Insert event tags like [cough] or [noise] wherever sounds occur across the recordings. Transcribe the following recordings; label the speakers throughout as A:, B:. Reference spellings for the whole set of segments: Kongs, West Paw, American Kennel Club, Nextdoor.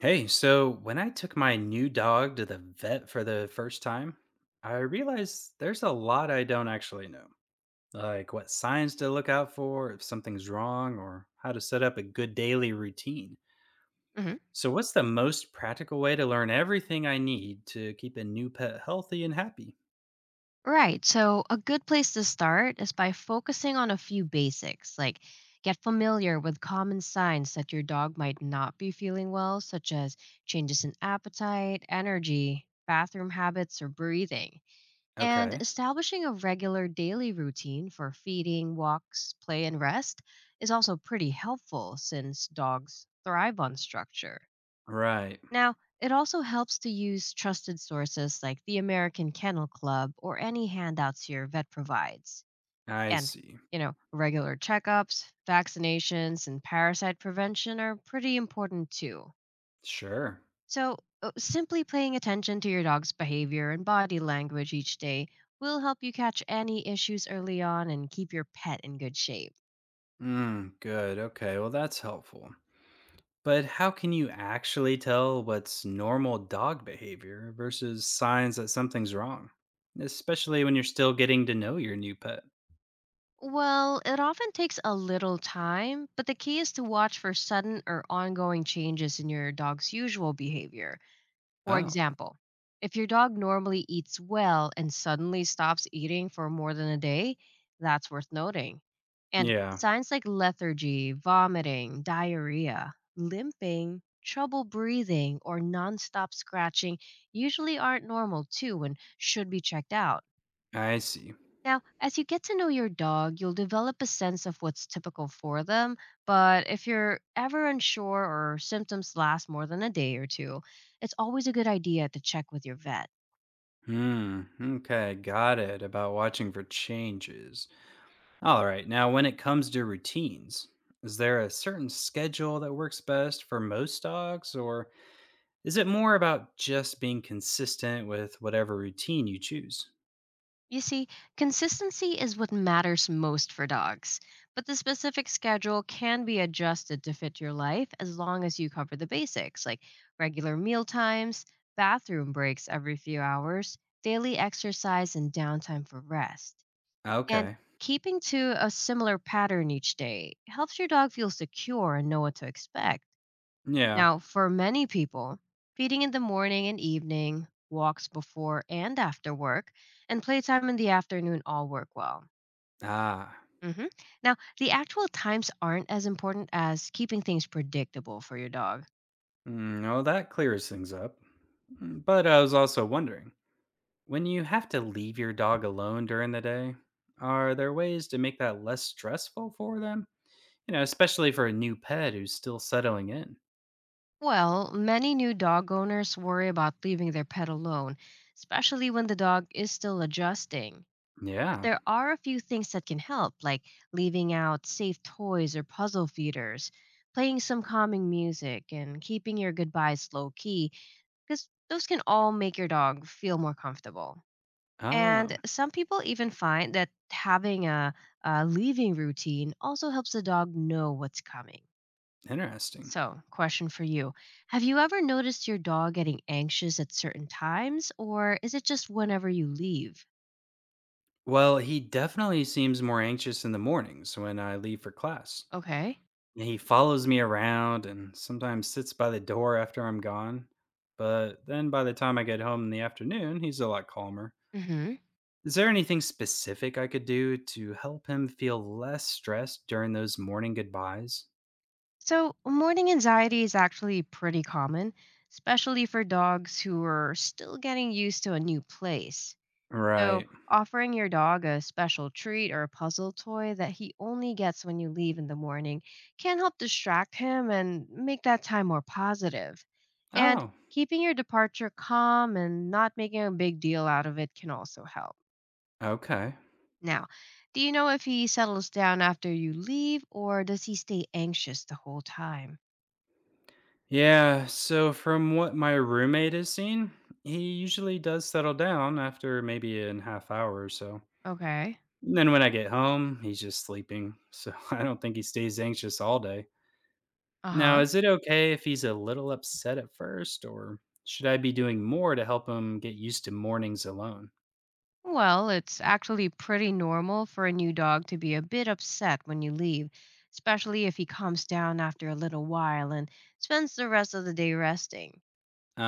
A: Hey, so when I took my new dog to the vet for the first time, I realized there's a lot I don't actually know, like what signs to look out for if something's wrong or how to set up a good daily routine.
B: Mhm.
A: So, what's the most practical way to learn everything I need to keep a new pet healthy and happy?
B: Right. So, a good place to start is by focusing on a few basics, like get familiar with common signs that your dog might not be feeling well, such as changes in appetite, energy, bathroom habits, or breathing. And
A: Okay,
B: establishing a regular daily routine for feeding, walks, play, and rest is also pretty helpful since dogs thrive on structure.
A: right.
B: Now, it also helps to use trusted sources like the American Kennel Club or any handouts your vet provides.
A: I
B: And,
A: see.
B: regular checkups, vaccinations, and parasite prevention are pretty important too.
A: Sure.
B: So, simply paying attention to your dog's behavior and body language each day will help you catch any issues early on and keep your pet in good shape.
A: Mm, good. Okay. Well, that's helpful. But how can you actually tell what's normal dog behavior versus signs that something's wrong? Especially when you're still getting to know your new pet.
B: Well, it often takes a little time, but the key is to watch for sudden or ongoing changes in your dog's usual behavior. For
A: Oh,
B: example, if your dog normally eats well and suddenly stops eating for more than a day, that's worth noting. And
A: yeah,
B: signs like lethargy, vomiting, diarrhea, limping, trouble breathing, or nonstop scratching usually aren't normal too and should be checked out.
A: I see.
B: Now, as you get to know your dog, you'll develop a sense of what's typical for them. But if you're ever unsure or symptoms last more than a day or two, it's always a good idea to check with your vet.
A: Hmm, okay, got it about watching for changes. All right, now when it comes to routines, is there a certain schedule that works best for most dogs, or is it more about just being consistent with whatever routine you choose?
B: You see, consistency is what matters most for dogs, but the specific schedule can be adjusted to fit your life as long as you cover the basics like regular meal times, bathroom breaks every few hours, daily exercise, and downtime for rest. And
A: Okay,
B: keeping to a similar pattern each day helps your dog feel secure and know what to expect.
A: yeah,
B: Now, for many people, feeding in the morning and evening, walks before and after work, and playtime in the afternoon all work well.
A: ah.
B: hmm Now, the actual times aren't as important as keeping things predictable for your dog.
A: Mm, no, that clears things up. Mm, but I was also wondering when you have to leave your dog alone during the day, are there ways to make that less stressful for them? You know, especially for a new pet who's still settling in.
B: Well, many new dog owners worry about leaving their pet alone, especially when the dog is still adjusting. But
A: Yeah.
B: there are a few things that can help, like leaving out safe toys or puzzle feeders, playing some calming music, and keeping your goodbyes low key, because those can all make your dog feel more comfortable. And
A: Oh,
B: some people even find that having a leaving routine also helps the dog know what's coming.
A: interesting.
B: So, question for you: have you ever noticed your dog getting anxious at certain times, or is it just whenever you leave?
A: Well, he definitely seems more anxious in the mornings when I leave for class.
B: Okay.
A: He follows me around and sometimes sits by the door after I'm gone. But then by the time I get home in the afternoon, he's a lot calmer.
B: Mm hmm.
A: Is there anything specific I could do to help him feel less stressed during those morning goodbyes?
B: So, morning anxiety is actually pretty common, especially for dogs who are still getting used to a new place. So,
A: Right.
B: offering your dog a special treat or a puzzle toy that he only gets when you leave in the morning can help distract him and make that time more positive. And
A: Oh,
B: keeping your departure calm and not making a big deal out of it can also help.
A: okay.
B: Now, do you know if he settles down after you leave or does he stay anxious the whole time?
A: Yeah, so from what my roommate has seen, he usually does settle down after maybe a half hour or so.
B: Okay.
A: Then when I get home, he's just sleeping, so [laughs] I don't think he stays anxious all day.
B: Uh
A: Now,
B: huh.
A: is it okay if he's a little upset at first, or should I be doing more to help him get used to mornings alone?
B: Well, it's actually pretty normal for a new dog to be a bit upset when you leave, especially if he calms down after a little while and spends the rest of the day resting.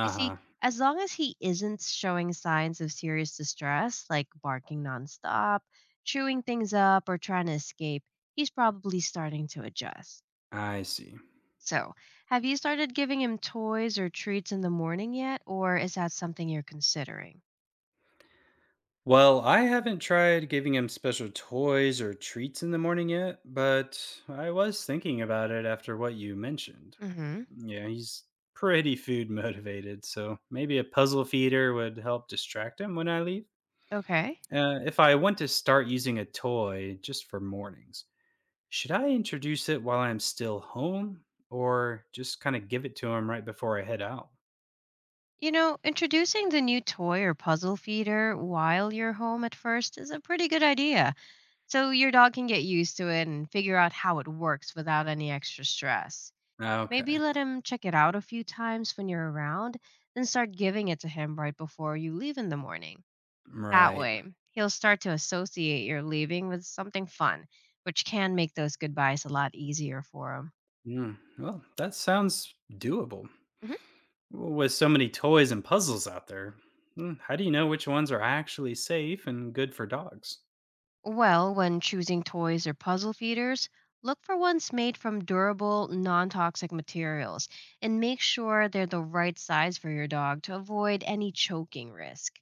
B: You see,
A: huh.
B: as long as he isn't showing signs of serious distress, like barking nonstop, chewing things up, or trying to escape, he's probably starting to adjust.
A: I see.
B: So, have you started giving him toys or treats in the morning yet, or is that something you're considering?
A: Well, I haven't tried giving him special toys or treats in the morning yet, but I was thinking about it after what you mentioned.
B: Mm hmm.
A: Yeah, he's pretty food motivated, so maybe a puzzle feeder would help distract him when I leave.
B: Okay.
A: If I want to start using a toy just for mornings, should I introduce it while I'm still home or just kind of give it to him right before I head out?
B: You know, introducing the new toy or puzzle feeder while you're home at first is a pretty good idea, so your dog can get used to it and figure out how it works without any extra stress. Maybe
A: Okay,
B: let him check it out a few times when you're around, then start giving it to him right before you leave in the morning. That
A: right.
B: way, he'll start to associate your leaving with something fun, which can make those goodbyes a lot easier for him.
A: Mm, well, that sounds doable.
B: Mhm.
A: With so many toys and puzzles out there, mm, how do you know which ones are actually safe and good for dogs?
B: Well, when choosing toys or puzzle feeders, look for ones made from durable, non toxic materials and make sure they're the right size for your dog to avoid any choking risk.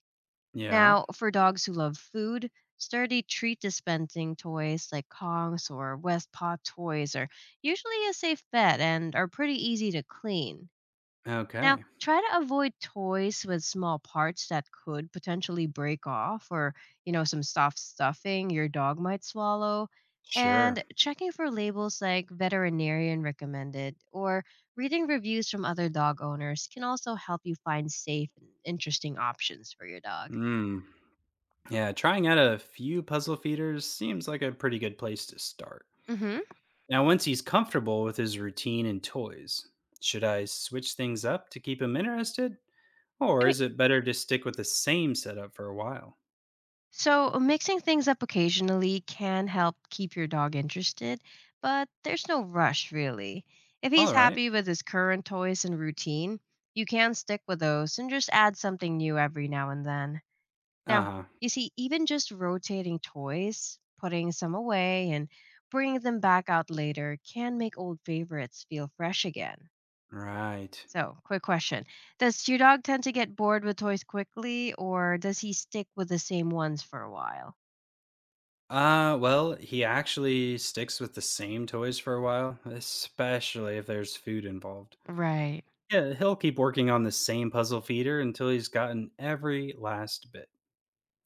A: Yeah.
B: Now, for dogs who love food, sturdy treat dispensing toys like Kongs or West Paw toys are usually a safe bet and are pretty easy to clean. Now,
A: Okay.
B: try to avoid toys with small parts that could potentially break off or, you know, some soft stuffing your dog might swallow. And
A: Sure.
B: checking for labels like veterinarian recommended or reading reviews from other dog owners can also help you find safe and interesting options for your dog.
A: Hmm. Yeah, trying out a few puzzle feeders seems like a pretty good place to start.
B: I
A: Now, once he's comfortable with his routine and toys, should I switch things up to keep him interested? Or
B: mean,
A: is it better to stick with the same setup for a while?
B: Mixing things up occasionally can help keep your dog interested, but there's no rush really. If he's
A: All right.
B: happy with his current toys and routine, you can stick with those and just add something new every now and then.
A: Uh
B: Now,
A: huh.
B: you see, even just rotating toys, putting some away, and bringing them back out later can make old favorites feel fresh again.
A: Right.
B: So, quick question: does your dog tend to get bored with toys quickly, or does he stick with the same ones for a while?
A: Well, he actually sticks with the same toys for a while, especially if there's food involved.
B: Right.
A: Yeah, he'll keep working on the same puzzle feeder until he's gotten every last bit,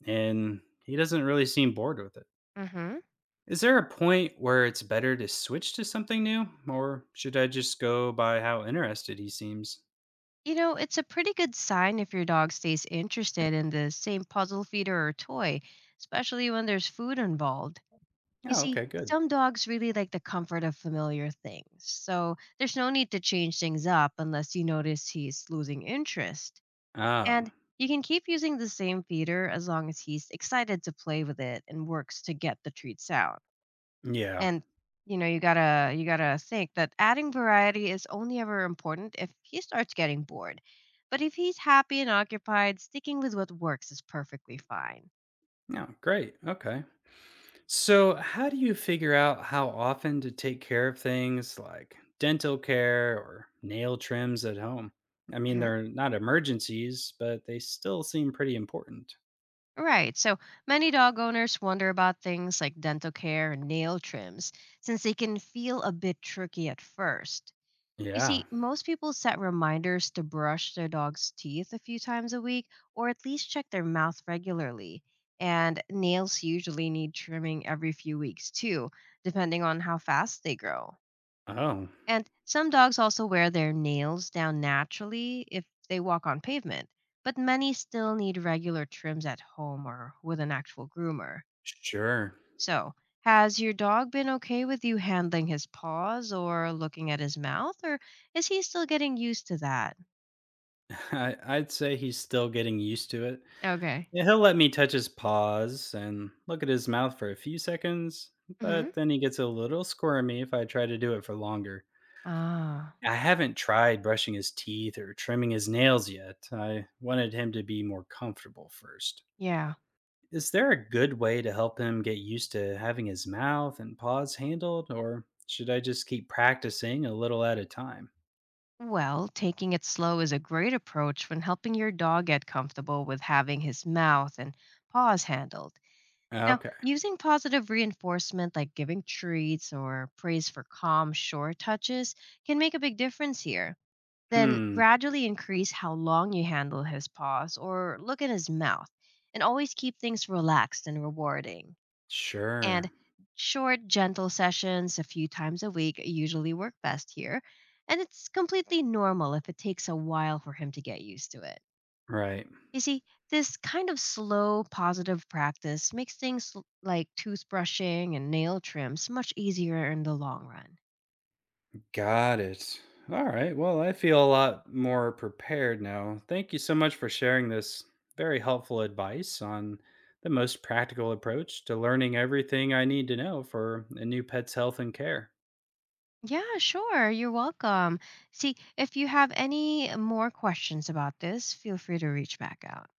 A: and he doesn't really seem bored with it.
B: Mhm.
A: Is there a point where it's better to switch to something new, or should I just go by how interested he seems?
B: You know, it's a pretty good sign if your dog stays interested in the same puzzle feeder or toy, especially when there's food involved. You
A: Oh,
B: see,
A: okay, good.
B: some dogs really like the comfort of familiar things, so there's no need to change things up unless you notice he's losing interest.
A: Oh,
B: And you can keep using the same feeder as long as he's excited to play with it and works to get the treats out.
A: yeah.
B: And you know, you gotta think that adding variety is only ever important if he starts getting bored. But if he's happy and occupied, sticking with what works is perfectly fine.
A: Yeah, great. Okay. So, how do you figure out how often to take care of things like dental care or nail trims at home? I mean,
B: Mhm.
A: they're not emergencies, but they still seem pretty important.
B: Right. So many dog owners wonder about things like dental care and nail trims, since they can feel a bit tricky at first. You
A: Yeah.
B: see, most people set reminders to brush their dog's teeth a few times a week or at least check their mouth regularly. And nails usually need trimming every few weeks too, depending on how fast they grow.
A: Oh,
B: And some dogs also wear their nails down naturally if they walk on pavement, but many still need regular trims at home or with an actual groomer.
A: sure.
B: So, has your dog been okay with you handling his paws or looking at his mouth, or is he still getting used to that?
A: [laughs] I'd say he's still getting used to it.
B: Okay.
A: Yeah, he'll let me touch his paws and look at his mouth for a few seconds,
B: hmm
A: but then he gets a little squirmy if I try to do it for longer.
B: Ah,
A: I haven't tried brushing his teeth or trimming his nails yet. I wanted him to be more comfortable first.
B: yeah.
A: Is there a good way to help him get used to having his mouth and paws handled, or should I just keep practicing a little at a time?
B: Well, taking it slow is a great approach when helping your dog get comfortable with having his mouth and paws handled. Now,
A: Okay.
B: using positive reinforcement like giving treats or praise for calm, shore touches can make a big difference here. Then
A: Hmm.
B: gradually increase how long you handle his paws or look at his mouth, and always keep things relaxed and rewarding.
A: Sure.
B: And short, gentle sessions a few times a week usually work best here, and it's completely normal if it takes a while for him to get used to it.
A: Right.
B: You see, this kind of slow, positive practice makes things like toothbrushing and nail trims much easier in the long run.
A: Got it. All right. Well, I feel a lot more prepared now. Thank you so much for sharing this very helpful advice on the most practical approach to learning everything I need to know for a new pet's health and care.
B: Yeah, sure. You're welcome. See, if you have any more questions about this, feel free to reach back out.